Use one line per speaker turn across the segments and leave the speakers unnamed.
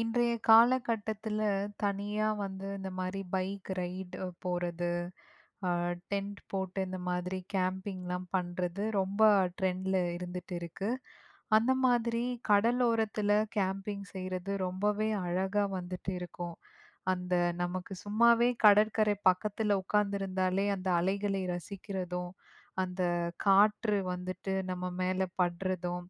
இன்றைய காலகட்டத்துல தனியா வந்து இந்த மாதிரி பைக் ரைட் போறது, அ டென்ட் போட்டு இந்த மாதிரி கேம்பிங்லாம் பண்றது ரொம்ப ட்ரெண்ட்ல இருந்துட்டு இருக்கு. அந்த மாதிரி கடலோரத்துல கேம்பிங் செய்றது ரொம்பவே அழகா வந்துட்டு இருக்கும். அந்த நமக்கு சும்மாவே கடற்கரை பக்கத்துல உட்கார்ந்திருந்தாலே அந்த அலைகளை ரசிக்கிறதும், அந்த காற்று வந்துட்டு நம்ம மேல படுறதும்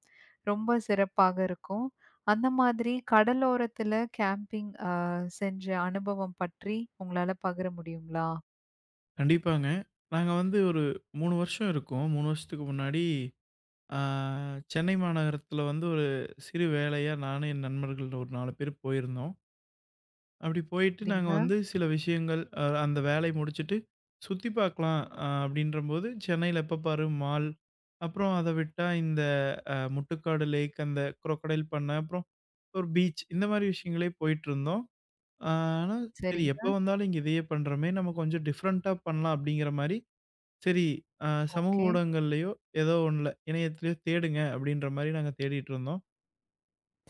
ரொம்ப சிறப்பாக இருக்கும். அந்த மாதிரி கடலோரத்துல கேம்பிங் செஞ்ச அனுபவம் பற்றி உங்களால பகிர முடியுங்களா?
கண்டிப்பாங்க. நாங்க வந்து ஒரு 3 வருஷம் இருக்கோம். 3 வருஷத்துக்கு முன்னாடி ஆ சென்னை மாநகரத்தில வந்து ஒரு சிறு வேலையா நானும் என் நண்பர்கள் ஒரு 4 பேர் போயிருந்தோம். அப்படி போயிட்டு நாங்க
சரிங்க,
வந்து சில விஷயங்கள் அந்த வேலைய முடிச்சுட்டு சுத்தி பார்க்கலாம் அப்படின்றபோது சென்னையில எப்ப பாரு மால், அப்புறம் அத விட்டா இந்த முட்டுக்காடு லேக், அந்த குரோக்கடைல் பண்ணை, அப்புறம் ஒரு பீச் இந்த மாரி விஷயங்களே போயிட்டுருந்தோம். ஆனா சரி எப்ப
சரிங்க.
வந்தாலும் இங்க இதையே பண்றோமே, நம்ம கொஞ்சம் டிஃப்ரெண்ட்டா பண்ணலாம் அப்படிங்கிற மாரி சரி, அ சமூக
ஓகே.
ஊடகங்கள்லயோ, ஏதோ ஒண்ணுல, இணையத்திலயோ தேடுங்க அப்படின்ற மாரி நாங்க தேடிட்டு இருந்தோம்.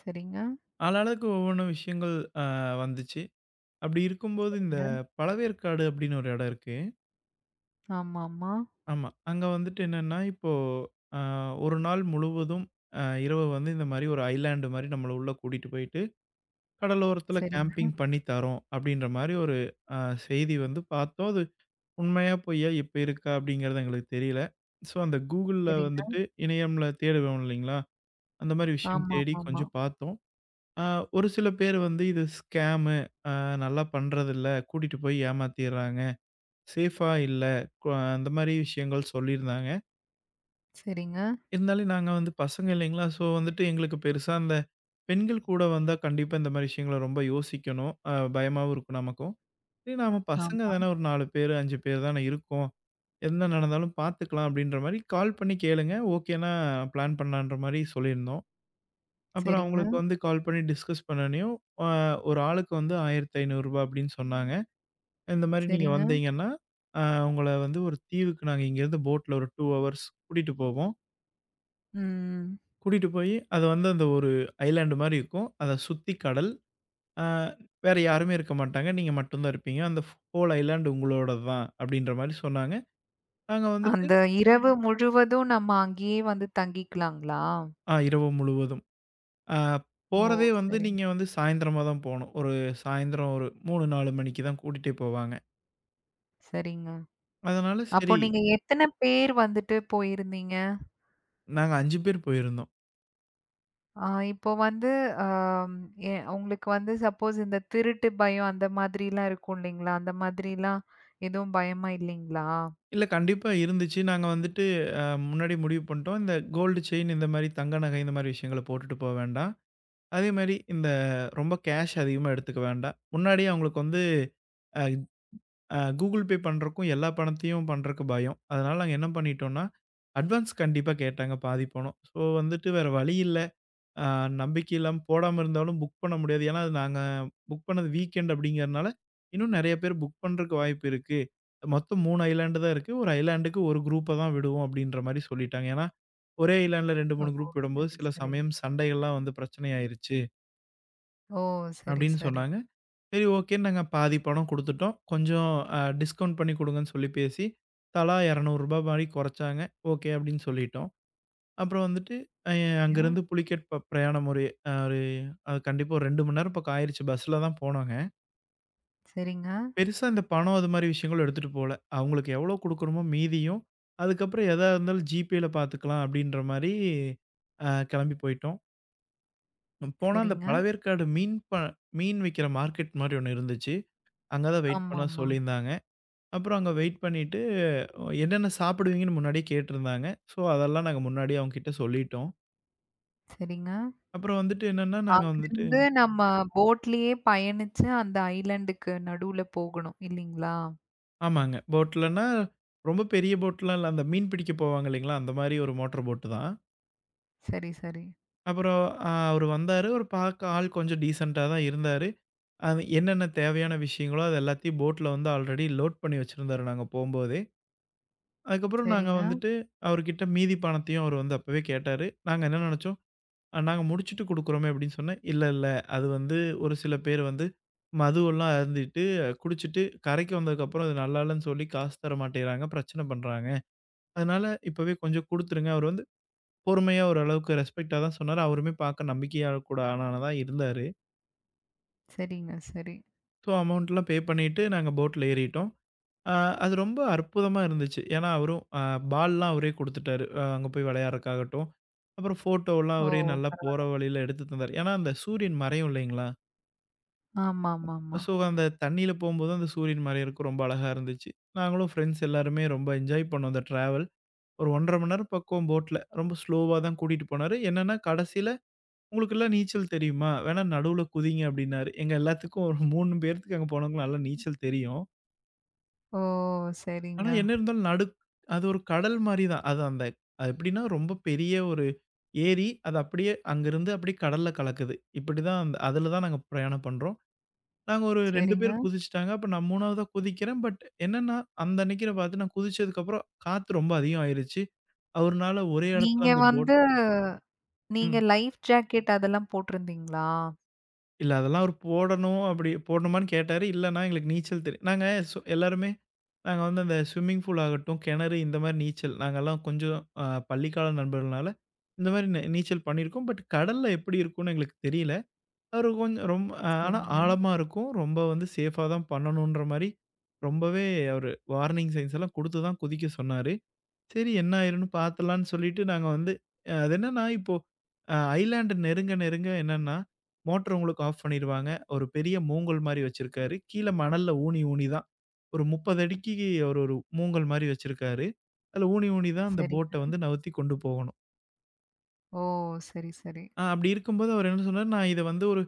சரிங்க,
ஆளாளுக்கு ஒவ்வொன்னும் விஷயங்கள் அ வந்துச்சு. அப்படி இருக்கும்போது இந்த
சரிங்க.
பழவேற்காடு அப்படின்னு ஒரு இடம் இருக்கு.
ஆமாமா.
ஆமா. அங்க வந்துட்டு என்னன்னா, இப்போ அ 1 நாள் முழுவதும் இரவு வந்து இந்த மாரி ஒரு ஐலேண்ட் மாரி நம்மள உள்ள கூட்டிட்டு போயிட்டு, கடலோரத்துல
சரிங்க,
கேம்பிங் பண்ணி தரோம் அப்படின்ற மாரி ஒரு அ செய்தி வந்து பார்த்தோம். அது உண்மையா பொய்யா இப்ப இருக்கா அப்படிங்கிறது எங்களுக்கு தெரியல. ஸோ அந்த Googleல
சரிங்க.
வந்துட்டு இணையம்ல தேடுவோம் இல்லைங்களா? அந்த மாரி விஷயம் தேடி
ஆமாமாமா.
கொஞ்சம் பார்த்தோம். அ ஒரு சில பேர் வந்து இது ஸ்கேமு, அ நல்லா பண்றதில்ல, கூட்டிட்டு போய் ஏமாத்திர்றாங்க, சேஃபா இல்ல, கொ அந்த மாரி விஷயங்கள் சொல்லியிருந்தாங்க.
சரிங்க.
இருந்தாலும் நாங்க வந்து பசங்க இல்லைங்களா, ஸோ வந்துட்டு எங்களுக்கு பெருசா அந்த பெண்கள் கூட வந்தா கண்டிப்பா இந்த மாரி விஷயங்கள ரொம்ப யோசிக்கணும். பயமாவும் இருக்கும் நமக்கும். சரி நாம பசங்க
ஆமா.
தானே ஒரு 4 பேரு, 5 பேர் தானே இருக்கோம். என்ன நடந்தாலும் பார்த்துக்கலாம் அப்படின்ற மாரி கால் பண்ணி கேளுங்க. ஓகேன்னா பிளான் பண்ணலான்ற மாரி சொல்லியிருந்தோம். அப்புறம்
சரிங்க,
அவங்களுக்கு வந்து கால் பண்ணி டிஸ்கஸ் பண்ணனையும், அ ஒரு ஆளுக்கு வந்து ரூ. 1500 அப்படின்னு சொன்னாங்க. இந்த மாரி நீங்க
சரிங்க.
வந்தீங்கன்னா, அ உங்கள வந்து ஒரு தீவுக்கு நாங்க இங்கேருந்து போட்ல ஒரு 2 ஹவர்ஸ் கூட்டிட்டு போவோம்.
ம்.
கூட்டிட்டு போய் அது வந்து அந்த ஒரு ஐலேண்ட் மாரி இருக்கும். அத சுத்தி கடல். அ வேற யாருமே இருக்க மாட்டாங்க. நீங்க மட்டும் தான் இருப்பீங்க. அந்த ஹோல் ஐலேண்ட் உங்களோடது தான் அப்படின்ற மாரி சொன்னாங்க. நாங்க வந்துட்டு
அந்த இரவு முழுவதும் நம்ம அங்கேயே வந்து தங்கிக்கலாங்களா?
இரவு முழுவதும். அ
ஓ!
போறதே வந்து
சரி,
நீங்க வந்து சாயந்திரமா தான் போணும். ஒரு சாயந்திரம் ஒரு 3, 4 மணிக்கு தான் கூட்டிட்டே போவாங்க.
சரிங்க.
அதனால
அப்போ
சரி,
நீங்க எத்தன பேர் வந்துட்டு போயிருந்தீங்க?
நாங்க 5 பேர் போயிருந்தோம்.
ஆ இப்போ வந்து அம் எ உங்களுக்கு வந்து சப்போஸ் இந்த திருட்டு பயம் அந்த மாதிரிலாம் இருக்கும் இல்லைங்களா? அந்த மாதிரிலாம் எதுவும் பயமா இல்லைங்களா?
இல்ல கண்டிப்பா இருந்துச்சு. நாங்க வந்துட்டு அ முன்னாடியே முடிவு பண்ணிட்டோம். இந்த கோல்டு செயின் இந்த மாரி தங்க நகை இந்த மாரி விஷயங்கள போட்டுட்டு போ வேண்டாம். அதே மாரி இந்த ரொம்ப கேஷ் அதிகமா எடுத்துக்க வேண்டாம். முன்னாடியே அவங்களுக்கு வந்து அ அ கூகுள் பே பண்றக்கும், எல்லா பணத்தையும் பண்றக்கு பயம். அதனால நாங்க என்ன பண்ணிட்டோம்னா, அட்வான்ஸ் கண்டிப்பா கேட்டாங்க பாதி பணம். ஸோ வந்துட்டு வேற வழி இல்ல. ஆ நம்பிக்கை இல்லாம போடாம இருந்தாலும் புக் பண்ண முடியாது. ஏன்னா, அது நாங்க புக் பண்ணது வீக்கெண்ட் அப்படிங்கிறனால, இன்னும் நெறைய பேர் புக் பண்றக்கு வாய்ப்பு இருக்கு. மொத்தம் 3 ஐலேண்ட் தான் இருக்கு. ஒரு ஐலேண்டுக்கு ஒரு குரூப்ப தான் விடுவோம் அப்படின்ற மாரி சொல்லிட்டாங்க. ஏன்னா, ஒரே ஐலேண்ட்ல 2,
ஓ!
3 குரூப் விடும்போது
சரி,
சில
சரி.
சமயம் சண்டைகள்லாம் வந்து பிரச்சனை ஆயிருச்சு
ஓ! சரி,
அப்படின்னு
சரி.
சொன்னாங்க. சரி ஓகேன்னு நாங்க பாதி பணம் குடுத்துட்டோம். கொஞ்சம் டிஸ்கவுண்ட் பண்ணி குடுங்கன்னு சொல்லி பேசி, தலா ரூ. 200 மாரி கொறச்சாங்க. ஓகே அப்படின்னு சொல்லிட்டோம். அப்புறம் வந்துட்டு அ
சரிங்க,
அங்கேருந்து புலிகேட் பிரயாணம் ஒரு அ ஒரு அது கண்டிப்பா ஒரு 2 மணி நேரம் பக்கம் ஆயிருச்சு. பஸ்ல தான் போனோங்க.
சரிங்க,
பெருசா இந்த பணம் அது மாரி விஷயங்களும் எடுத்துட்டு போல. அவங்களுக்கு எவ்வளோ குடுக்குறோமோ மீதியும், அதுக்கப்புறம் எதா இருந்தாலும் ஜிபேல பார்த்துக்கலாம் அப்படின்ற மாரி கிளம்பி போயிட்டோம். போனா அந்த
சரிங்க.
பழவேற்காடு மீன் மீன் விக்கிற மார்க்கெட் மாரி ஒண்ணு இருந்துச்சு. அங்க தான் வெயிட் பண்ண
ஆமாமா.
சொல்லியிருந்தாங்க. அப்புறம் அங்க வெயிட் பண்ணிட்டு என்னென்ன சாப்பிடுவீங்கன்னு முன்னாடியே கேட்டிருந்தாங்க. ஸோ அதெல்லாம் நாங்க முன்னாடியே அவங்க கிட்ட சொல்லிட்டோம்.
சரிங்க.
அப்புறம் வந்துட்டு என்னன்னா, நாங்க வந்துட்டு
அங்கருந்து நம்ம போட்லயே பயணிச்சு அந்த ஐலண்டுக்கு நடுவுல போகணும் இல்லைங்களா?
ஆமாங்க. போட்லன்னா, ரொம்ப பெரிய போட்லாம் இல்ல. அந்த மீன் பிடிக்க போவாங்க இல்லைங்களா? அந்த மாரி ஒரு மோட்டார் போட்டு தான்.
சரி, சரி.
அப்புறம் அவரு வந்தாரு. அவரு பார்க்க ஆள் கொஞ்சம் டீசென்ட்டா தான் இருந்தாரு. அது என்னென்ன தேவையான விஷயங்களோ, அது எல்லாத்தையும் போட்ல வந்து ஆல்ரெடி லோட் பண்ணி வச்சிருந்தாரு நாங்க போம்போதே. அதுக்கப்புறம் நாங்க
சரிங்க,
வந்துட்டு அவர்கிட்ட மீதி பணத்தையும் அவரு வந்து அப்பவே கேட்டாரு. நாங்க என்ன நெனச்சோம், நாங்க முடிச்சுட்டு குடுக்குறோமே" அப்படின்னு சொன்னேன். "இல்ல, இல்ல. அது வந்து ஒரு சில பேர் வந்து மதுவெல்லாம் அருந்திட்டு, குடிச்சிட்டு கரைக்கு வந்ததுக்கப்புறம் அது நல்லா இல்லன்னு சொல்லி காசு தர மாட்டேங்கிறாங்க. பிரச்சனை பண்றாங்க." அதனால இப்பவே கொஞ்சம் குடுத்துருங்க. அவரு வந்து பொறுமையா ஓரளவுக்கு ரெஸ்பெக்ட்டா தான் சொன்னாரு. அவருமே பார்க்க நம்பிக்கையா கூட ஆளானா தான் இருந்தாரு.
சரிங்க, சரி.
ஸோ அமௌண்ட்லாம் பே பண்ணிட்டு நாங்க போட்ல ஏறிட்டோம். அ அது ரொம்ப அற்புதமா இருந்துச்சு. ஏன்னா அவரும் பால்லாம் அவரே குடுத்துட்டாரு. அங்க போய் விளையாடுறதுக்காகட்டும். அப்புறம் ஃபோட்டோலாம்
ஓ!
அவரே நல்லா போற
பரவால்ல.
வழியில எடுத்து தந்தாரு. ஏன்னா அந்த சூரியன் மறையும் இல்லைங்களா?
ஆமாமாமா.
ஸோ அந்த தண்ணீல போம்போது அந்த சூரியன் மறையறக்கு ரொம்ப அழகா இருந்துச்சு. நாங்களும் ஃப்ரெண்ட்ஸ் எல்லாருமே ரொம்ப என்ஜாய் பண்ணோம் அந்த ட்ராவல். ஒரு 1 1/2 மணி நேரம் பக்கம் போட்ல. ரொம்ப ஸ்லோவா தான் கூட்டிட்டு போனாரு. என்னன்னா கடைசியில "உங்களுக்கெல்லாம் நீச்சல் தெரியுமா? வேணா நடுவுல குதிங்க" அப்டின்னாரு. எங்க எல்லாத்துக்கும் ஒரு 3 பேர்த்துக்கு அங்க போனவங்களுக்கு நல்லா நீச்சல் தெரியும்.
ஓ!
ஆனா
சரிங்க,
என்ன இருந்தாலும் அது ஒரு கடல் மாரி தான். அது அது எப்டின்னா ரொம்ப பெரிய ஒரு ஏரி. அது அப்டியே அங்கருந்து அப்டியே கடல்ல கலக்குது. இப்டிதான் அந்த அதுல தான் நாங்க பிரயாணம் பண்றோம். நாங்க ஒரு 2 பேர்
சரிங்க.
குதிச்சுட்டாங்க. அப்ப நான் 3வதா குதிக்கிறேன். பட் என்னன்னா, அந்த அன்னைக்கு நான் பார்த்து நான் குதிச்சதுக்கப்புறம் காத்து ரொம்ப அதிகம் ஆயிருச்சு. அவருனால ஒரே இடத்துல
நீங்க
அந்த
வந்து நீங்க
ம்.
லைஃப் ஜாக்கெட் அதெல்லாம் போட்டிருந்தீங்களா?
இல்ல அதெல்லாம் அவரு போடணும் அப்படி போடணுமான்னு கேட்டாரு. இல்லன்னா எங்களுக்கு நீச்சல் நாங்க எல்லாருமே நாங்க வந்து அந்த ஸ்விம்மிங் பூல் ஆகட்டும், கிணறு இந்த மாரி நீச்சல் நாங்கலாம் கொஞ்சம் பள்ளிக்கால நண்பர்கள்னால இந்த மாரி நீச்சல் பண்ணியிருக்கோம். பட் கடல்ல எப்படி இருக்கும்னு எங்களுக்கு தெரியல. அவரு கொஞ்சம் ரொம்ப ஆனா
சரிங்க,
ஆழமா இருக்கும். ரொம்ப வந்து சேஃபா தான் பண்ணணுன்ற மாரி ரொம்பவே அவரு வார்னிங் சைன்ஸ் எல்லாம் குடுத்து தான் குதிக்க சொன்னாரு. சரி என்ன ஆயிரும்ன்னு பாத்துடலான்னு சொல்லிட்டு நாங்க வந்து அது என்னன்னா இப்போ ஐலேண்ட் நெருங்க நெருங்க என்னன்னா, மோட்டர் உங்களுக்கு ஆஃப் பண்ணிருவாங்க. ஒரு பெரிய மூங்கல் மாரி வச்சிருக்காரு. கீழ மணல்ல ஊணி ஊணி தான் ஒரு 30 அடிக்கு ஒரு ஒரு மூங்கல் மாரி வச்சிருக்காரு. அதுல ஊணி ஊணி தான் அந்த போட்ட
சரிங்க.
வந்து நவுத்தி கொண்டு போகணும்.
ஓ! சரி, சரி.
அப்படி இருக்கும்போது அவர் என்ன சொன்னாரு, "நான் இத வந்து ஒரு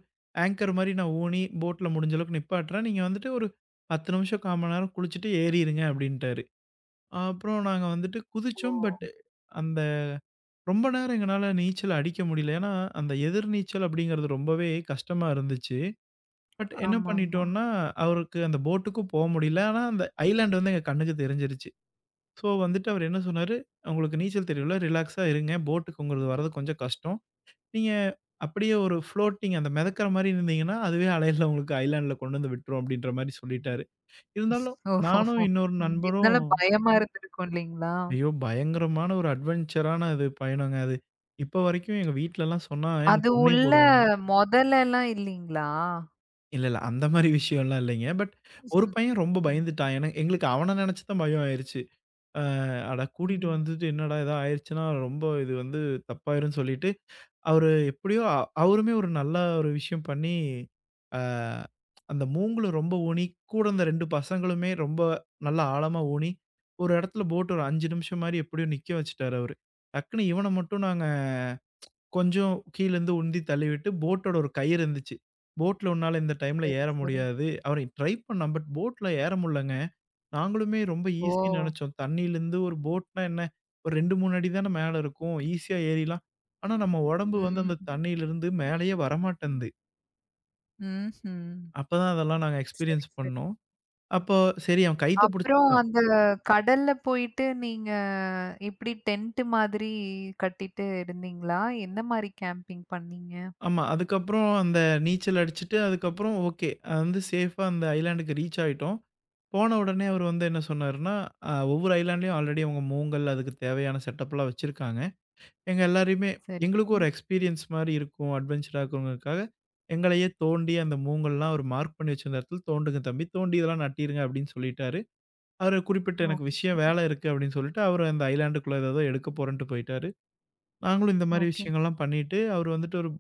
ஆங்கர் மாரி நான் ஊணி போட்ல முடிஞ்ச அளவுக்கு நிப்பாட்டுறேன். நீங்க வந்துட்டு ஒரு 10 நிமிஷம், 1/4 மணி நேரம் குளிச்சுட்டு ஏறிருங்க" அப்படின்ட்டாரு. அப்புறம் நாங்க வந்துட்டு
ஓ!
குதிச்சோம். பட் அந்த ரொம்ப நேரம் எங்கனால நீச்சல் அடிக்க முடியல. ஏன்னா, அந்த எதிர் நீச்சல் அப்படிங்கிறது ரொம்பவே கஷ்டமா இருந்துச்சு. பட் என்ன
ஆமாமா.
பண்ணிட்டோம்னா, அவருக்கு அந்த போட்டுக்கும் போ முடியல. ஆனா, அந்த ஐலேண்ட் வந்து எங்க கண்ணுக்கு தெரிஞ்சிருச்சு. ஸோ, வந்துட்டு அவர் என்ன சொன்னாரு, "உங்களுக்கு நீச்சல் தெரியும்ல, ரிலாக்ஸா இருங்க. போட்டுக்கு உங்களுது வரது கொஞ்சம் கஷ்டம். நீங்க அப்படியே ஒரு ஃப்ளோட்டிங் அந்த மிதக்கிற மாரி இருந்தீங்கன்னா, அதுவே அலையில உங்களுக்கு ஐலேண்ட்ல கொண்டு வந்து விட்டுரும்." அப்படின்ற மாரி சொல்லிட்டாரு. இருந்தாலும் நானும்
ஓஹோஹோ!
இன்னொரு
ம்.
நண்பரும்
இதனால பயமா இருந்திருக்கும் இல்லீங்களா?
ஐயோ! பயங்கரமான ஒரு அட்வென்ச்சரான அது பயணங்க அது. இப்ப வரைக்கும் எங்க வீட்லலாம் சொன்னா என்ன
அது
கொன்னே
உள்ள
போடுவாங்க.
மொதலெல்லாம் இல்லீங்களா?
இல்ல, இல்ல அந்த மாரி விஷயம்லாம் இல்லைங்க. பட் ஒரு
ம்,
பையன் ரொம்ப
ம்,
பயந்துட்டான். ஏன்னா எங்களுக்கு அவன நெனச்சு தான் பயம் ஆயிருச்சு. அ அட கூட்டிட்டு
ம்.
வந்துட்டு என்னடா! ஏதா ஆயிருச்சுன்னா, ரொம்ப இது வந்து தப்பாயிரும்னு சொல்லிட்டு அவரு எப்படியோ அவருமே ஒரு நல்ல ஒரு விஷயம் பண்ணி, அ அந்த மூங்கில ரொம்ப ஊனி, கூட இருந்த 2 பசங்களுமே ரொம்ப நல்லா ஆழமா ஊனி, ஒரு இடத்துல போட்டு ஒரு 5 நிமிஷம் மாரி எப்படியோ நிக்க வச்சுட்டாரு அவரு. டக்குனு இவன மட்டும் நாங்க கொஞ்சம் கீழருந்து உந்தி தள்ளிவிட்டு, போட்டோட ஒரு கயிறு இருந்துச்சு. போட்ல உன்னால இந்த டைம்ல
சரி,
ஏற
சரி.
முடியாது. அவரு ட்ரை பண்ணான். பட் போட்ல ஏற முடிலங்க. நாங்களுமே ரொம்ப ஈஸின்னு
ஓ!
நெனச்சோம். தண்ணீலருந்து ஒரு போட்னா என்ன? ஒரு 2, 3 அடி தான மேல இருக்கும். ஈஸியா ஏறிர்லாம். ஆனா நம்ம உடம்பு வந்து அந்த
ம்,
தண்ணீலருந்து மேலயே வரமாட்டேன்து.
ம்ஹ்ம்.
அப்ப தான் அதெல்லாம் நாங்க
சரி,
எக்ஸ்பீரியன்ஸ்
சரி.
பண்ணோம். அப்போ சரி அவன் கயித்த
அப்புறம்
புடிச்சுட்டான்.
அந்த கடல்ல போயிட்டு நீங்க எப்படி டென்ட் மாதிரி கட்டிட்டு இருந்தீங்களா? எந்த மாரி கேம்பிங் பண்ணீங்க?
ஆமா. அதுக்கப்புறம் அந்த நீச்சல் அடிச்சுட்டு, அதுக்கப்புறம் ஓகே. வந்து சேஃபா அந்த ஐலேண்டுக்கு ரீச் ஆயிட்டோம். போன உடனே அவரு வந்து என்ன சொன்னாருன்னா, ஒவ்வொரு ஐலேண்ட்லயும் ஆல்ரெடி அவங்க மூங்கல் அதுக்கு தேவையான செட்டப்லாம் வச்சிருக்காங்க. எங்க எல்லாரையுமே எங்களுக்கும்
சரிங்க.
ஒரு எக்ஸ்பீரியன்ஸ் மாரி இருக்கும். அட்வென்ச்சரா இருக்குங்கிறதுக்காக, எங்களையே தோண்டி அந்த மூங்கல்லாம் ஒரு மார்க் பண்ணி வச்சிருந்த இடத்துல, "தோண்டுங்க தம்பி, தோண்டி இதெல்லாம் நட்டிருங்க" அப்படின்னு சொல்லிட்டாரு. அவரு குறிப்பிட்ட எனக்கு
ஓகே,
விஷயம் வேலை இருக்கு அப்படின்னு சொல்லிட்டு, அவரு அந்த ஐலேண்டுக்குள்ள ஏதேதோ எடுக்க போறேன்ட்டு போயிட்டாரு. நாங்களும் இந்த மாரி
ஓகே.
விஷயங்கள்லாம் பண்ணிட்டு, அவரு வந்துட்டு ஒரு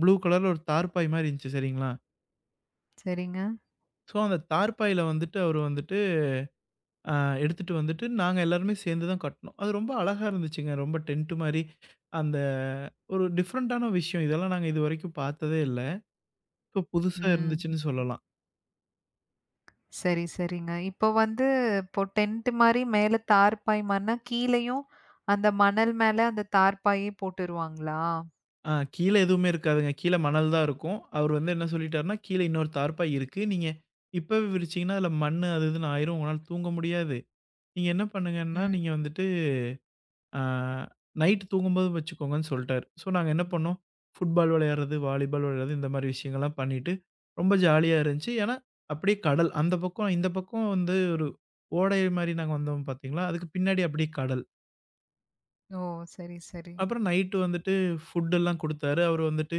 ப்ளூ கலர்ல ஒரு தார்ப்பாய் மாரி இருந்துச்சு, சரிங்களா?
சரிங்க.
ஸோ அந்த தார்ப்பாயில வந்துட்டு அவரு வந்துட்டு ஆ எடுத்துட்டு வந்துட்டு நாங்க எல்லாருமே சேர்ந்து தான் கட்டுனோம். அது ரொம்ப அழகா இருந்துச்சுங்க. ரொம்ப டென்ட் மாரி, அந்த ஒரு டிஃப்ரெண்ட்டான விஷயம். இதெல்லாம் நாங்க இதுவரைக்கும் பார்த்ததே இல்ல. இப்போ புதுசா
ம்.
இருந்துச்சுன்னு சொல்லலாம்.
சரி, சரிங்க. இப்போ வந்து இப்போ டென்ட் மாரி மேல தார்ப்பாய் மண்ணா, கீழயும் அந்த மணல் மேல அந்த தார்ப்பாயே போட்டுருவாங்களா?
கீழ எதுவுமே இருக்காதுங்க. கீழ மணல் தான் இருக்கும். அவரு வந்து என்ன சொல்லிட்டாருன்னா, "கீழ இன்னொரு தார்ப்பாய் இருக்கு. நீங்க இப்பவே விரிச்சீங்கன்னா, அதுல மண்ணு அது இதுன்னு ஆயிரும். உங்களால தூங்க முடியாது. நீங்க என்ன பண்ணுங்கன்னா,
ம்.
நீங்க வந்துட்டு ஆ நைட் தூங்கும்போது வச்சுக்கோங்கன்னு சொல்ட்டாரு. ஸோ, நாங்க என்ன பண்ணோம், ஃபுட்பால் விளையாடுறது, வாலிபால் விளையாடுறது இந்த மாரி விஷயங்கள்லாம் பண்ணிட்டு, ரொம்ப ஜாலியா இருந்துச்சு. ஏன்னா, அப்படியே கடல். அந்த பக்கம் இந்த பக்கம் வந்து ஒரு ஓடை மாரி நாங்க வந்தோம் பார்த்தீங்களா, அதுக்கு பின்னாடி அப்படியே கடல்.
ஓ! சரி, சரி.
அப்புறம் நைட்டு வந்துட்டு ஃபுட் எல்லாம் குடுத்தாரு. அவரு வந்துட்டு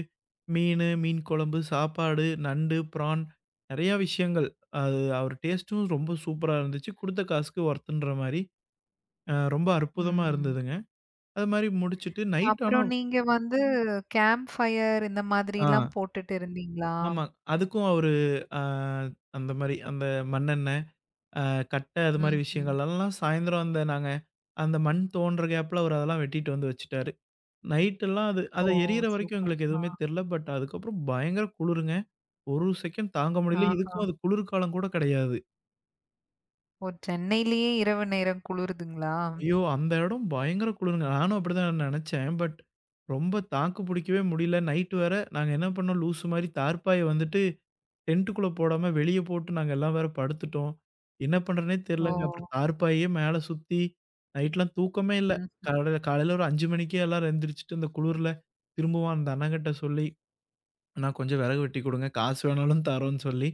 மீனு, மீன் குழம்பு, சாப்பாடு, நண்டு, ப்ரான் நெறைய விஷயங்கள். அது அவர் டேஸ்ட்டும் ரொம்ப சூப்பரா இருந்துச்சு. குடுத்த காசுக்கு ஒர்த்துன்ற மாரி. ரொம்ப அற்புதமா
ம்.
இருந்ததுங்க. அது மாரி முடிச்சுட்டு நைட் ஆனா
அப்புறம் நீங்க வந்து கேம்ப் ஃபயர் இந்த
ஆ.
மாதிரிலாம் போட்டுட்டு இருந்தீங்களா?
ஆமா. அதுக்கும் அவரு அ அந்த மாரி அந்த மண்ணெண்ண, அ கட்ட அது மாரி
ம்ஹ்ம்.
விஷயங்கள்லாம் சாயந்தரம் அந்த நாங்க அந்த மண் தோண்டுற கேப்ல அவரு அதெல்லாம் வெட்டிட்டு வந்து வச்சுட்டாரு. நைட்டெல்லாம் அது
ஓ!
அது எரியிற வரைக்கும்
சூப்பர்.
எங்களுக்கு
ஆ.
எதுவுமே தெரியல. பட் அதுக்கப்புறம் பயங்கர குளுருங்க. ஒரு செகண்ட் தாங்க முடியல.
ஆஹா.
இதுக்கும் அது குளிர்காலம் கூட கிடையாது.
ஓ! சென்னையிலேயே இரவு நேரம் குளிருதுங்களா?
ஐயோ! அந்த இடம் பயங்கர குளுருங்க. நானும் அப்படிதான் நெனச்சேன். பட் ரொம்ப தாக்கு புடிக்கவே முடியல. நைட் வேற நாங்க என்ன பண்ணோம் லூசு மாரி தார்ப்பாய வந்துட்டு டென்ட்டுக்குள்ள போடாம வெளிய போட்டு நாங்க எல்லாம் வேற படுத்துட்டோம். என்ன பண்றதுன்னே
ஓ!
தெரியலங்க. அப்புறம் தார்ப்பாயே மேல சுத்தி நைட்லாம் தூக்கமே இல்ல.
ம்ஹ்ம்.
காலையில காலையில ஒரு 5 மணிக்கே எல்லாரும் எந்திரிச்சுட்டு இந்த குளிர்ல திரும்பவும் அந்த அண்ணங்கிட்ட சொல்லி, "அண்ணா கொஞ்சம் விறகு வெட்டி குடுங்க. காசு வேணாலும் தரோன்னு" சொல்லி,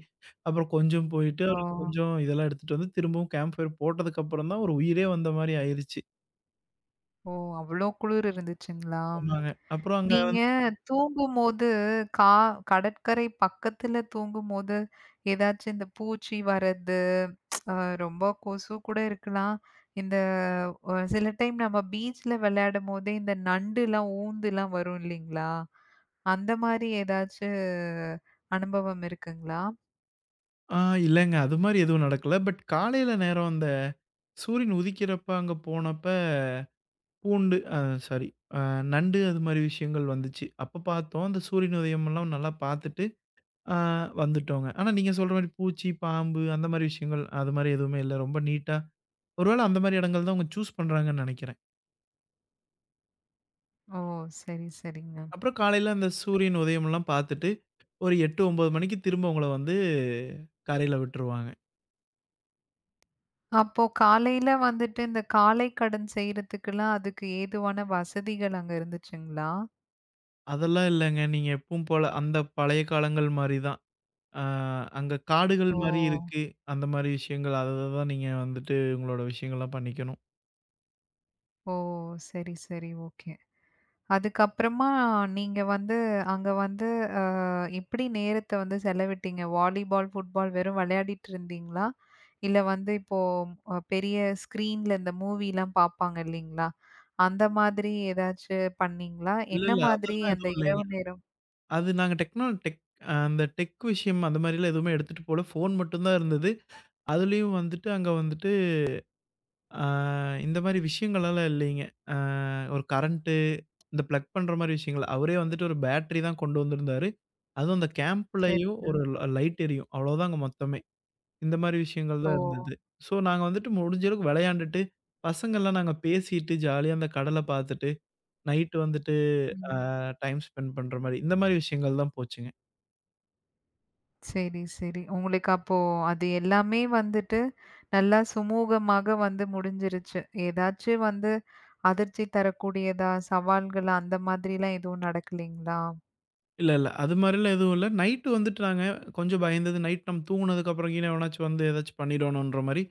அப்புறம் கொஞ்சம் போயிட்டு
ஓ!
அப்புறம் கொஞ்சம் இதெல்லாம் எடுத்துட்டு வந்து திரும்பவும் கேம்ப் ஃபயர் போட்டதுக்கு அப்புறம் தான் ஒரு உயிரே வந்த மாரி ஆயிருச்சு.
ஓ! அவ்ளோ குளிர் இருந்துச்சுங்களா?
சொன்னாங்க. அப்புறம் அங்க
நீங்க
வந்து
தூங்கும்போது கா கடற்கரை பக்கத்துல தூங்கும்போது, ஏதாச்சும் இந்த பூச்சி வர்றது, அ ரொம்ப கொசு கூட இருக்கலாம். இந்த சில டைம் நம்ம பீச்ல விளையாடும்போதே இந்த நண்டுலாம், ஊந்துலாம் வரும் இல்லைங்களா? அந்த மாரி ஏதாச்சு அனுபவம் இருக்குங்களா?
ஆ இல்லங்க அது மாரி எதுவும் நடக்கல. பட் காலையில நேரம் அந்த சூரியன் உதிக்கிறப்ப அங்க போனப்ப பூண்டு அ சாரி அ நண்டு அது மாரி விஷயங்கள் வந்துச்சு. அப்ப பார்த்தோம். அந்த சூரியன் உதயமெல்லாம் நல்லா பார்த்துட்டு அ வந்துட்டோங்க. ஆனா நீங்க சொல்ற மாரி பூச்சி, பாம்பு அந்த மாரி விஷயங்கள் அது மாரி எதுவுமே இல்ல. ரொம்ப நீட்டா ஒரு வேள அந்த மாரி இடங்கள் தான் அவங்க சூஸ் பண்றாங்கன்னு நெனைக்கிறேன்.
ஓ! சரி, சரிங்க.
அப்புறம் காலையில அந்த சூரியன் உதயமெல்லாம் பார்த்துட்டு, ஒரு 8, 9 மணிக்கு திரும்ப உங்கள வந்து கரையில விட்டுருவாங்க.
அப்போ காலையில வந்துட்டு இந்த காலை கடன் செய்றதுக்குலாம் அதுக்கு ஏதுவான வசதிகள் அங்க இருந்துச்சுங்களா?
அதெல்லாம் இல்லங்க. நீங்க எப்பவும் போல அந்த பழைய காலங்கள் மாரி தான். அ அங்க காடுகள்
ஓ!
மாரி இருக்கு. அந்த மாரி விஷயங்கள். அத தான் நீங்க வந்துட்டு உங்களோட விஷயங்கள்லாம் பண்ணிக்கணும்.
ஓ! சரி, சரி. ஓகே. அதுக்கப்புறமா நீங்க வந்து அங்க வந்து அ எப்படி நேரத்த வந்து செலவிட்டீங்க? வாலிபால், ஃபுட்பால் வெறும் விளையாடிட்டு இருந்தீங்களா? இல்ல வந்து இப்போ பெரிய ஸ்க்ரீன்ல இந்த மூவிலாம் பார்ப்பாங்க இல்லைங்களா? அந்த மாதிரி ஏதாச்சு பண்ணீங்களா?
இல்ல,
என்ன
இல்ல.
மாதிரி
அதெல்லாம்
அந்த
எதுவும் இல்லைங்க.
இரவு நேரம்?
அது நாங்க டெக்னா டெக் அந்த டெக் விஷயம் அந்த மாரிலாம் எதுவுமே எடுத்துட்டு போல. ஃபோன் மட்டும் தான் இருந்தது. அதுலயும் வந்துட்டு அங்க வந்துட்டு அ இந்த மாரி விஷயங்கள்லாம் இல்லைங்க. அ ஒரு கரண்ட்டு இந்த பிளக் பண்ற மாரி விஷயங்கள். அவரே வந்துட்டு ஒரு பேட்டரி தான் கொண்டு வந்திருந்தாரு. அதுவும் அந்த கேம்ப்லயும்
சரிங்க.
ஒரு லைட் எரியும். அவ்வளோதாங்க மொத்தமே. இந்த மாரி விஷயங்கள்
ஓ!
தான் இருந்தது. ஸோ நாங்க வந்துட்டு முடிஞ்ச அளவுக்கு விளையாண்டுட்டு, பசங்கள்லாம் நாங்க பேசிட்டு, ஜாலியா அந்த கடல பார்த்துட்டு, நைட் வந்துட்டு ஆ
ம்.
டைம் ஸ்பெண்ட் பண்ற மாரி, இந்த மாரி விஷயங்கள் தான் போச்சுங்க.
சரி, சரி. உங்களுக்கு அப்போ அது எல்லாமே வந்துட்டு நல்லா சுமூகமாக வந்து முடிஞ்சிருச்சு. ஏதாச்சு வந்து அதிர்ச்சி தரக்கூடியதா, சவால்கள் அந்த மாதிரிலாம் எதுவும் நடக்கலீங்களா?
இல்ல, இல்ல. அது மாரிலாம் எதுவும் இல்ல. நைட்டு வந்துட்டு நாங்க கொஞ்சம் பயந்தது, நைட் நம்ம தூங்குனதுக்கப்புறம் கீனு எவனாச்சும் வந்து ஏதாச்சும் பண்ணிடுவானோன்ற மாரி,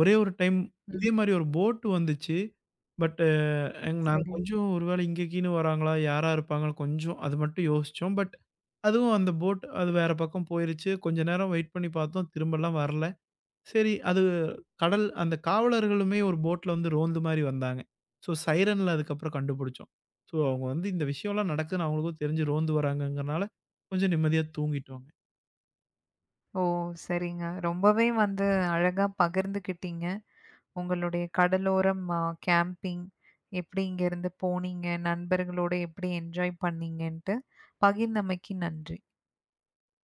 ஒரே ஒரு டைம்
ம்.
இதே மாரி ஒரு போட் வந்துச்சு. பட் நாங்க
சரி.
கொஞ்சம் ஒரு வேளை இங்க கீனு வராங்களா? யாரா இருப்பாங்கன்னு கொஞ்சம் அது மட்டும் யோசிச்சோம். பட் அதுவும் அந்த போட் அது வேற பக்கம் போயிருச்சு. கொஞ்ச நேரம் வெயிட் பண்ணி பார்த்தோம், திரும்பலாம் வரல. சரி, அது கடல் அந்த காவலர்களுமே ஒரு போட்ல வந்து ரோந்து மாரி வந்தாங்க. ஸோ சைரன்ல அதுக்கப்புறம் கண்டுபிடிச்சோம். ஸோ அவங்க வந்து இந்த விஷயம்லாம் நடக்குதுன்னு அவங்களுக்கும் தெரிஞ்சு ரோந்து வராங்கங்கிறனால, கொஞ்சம் நிம்மதியா தூங்கிட்டோங்க.
ஓ! சரிங்க. ரொம்பவே வந்து அழகா பகிர்ந்துக்கிட்டீங்க. உங்களுடைய கடலோரம் கேம்பிங் எப்படி இங்கேருந்து போனீங்க? நண்பர்களோட எப்படி என்ஜாய் பண்ணீங்கன்ட்டு. பகிர்ந்தமைக்கு நன்றி.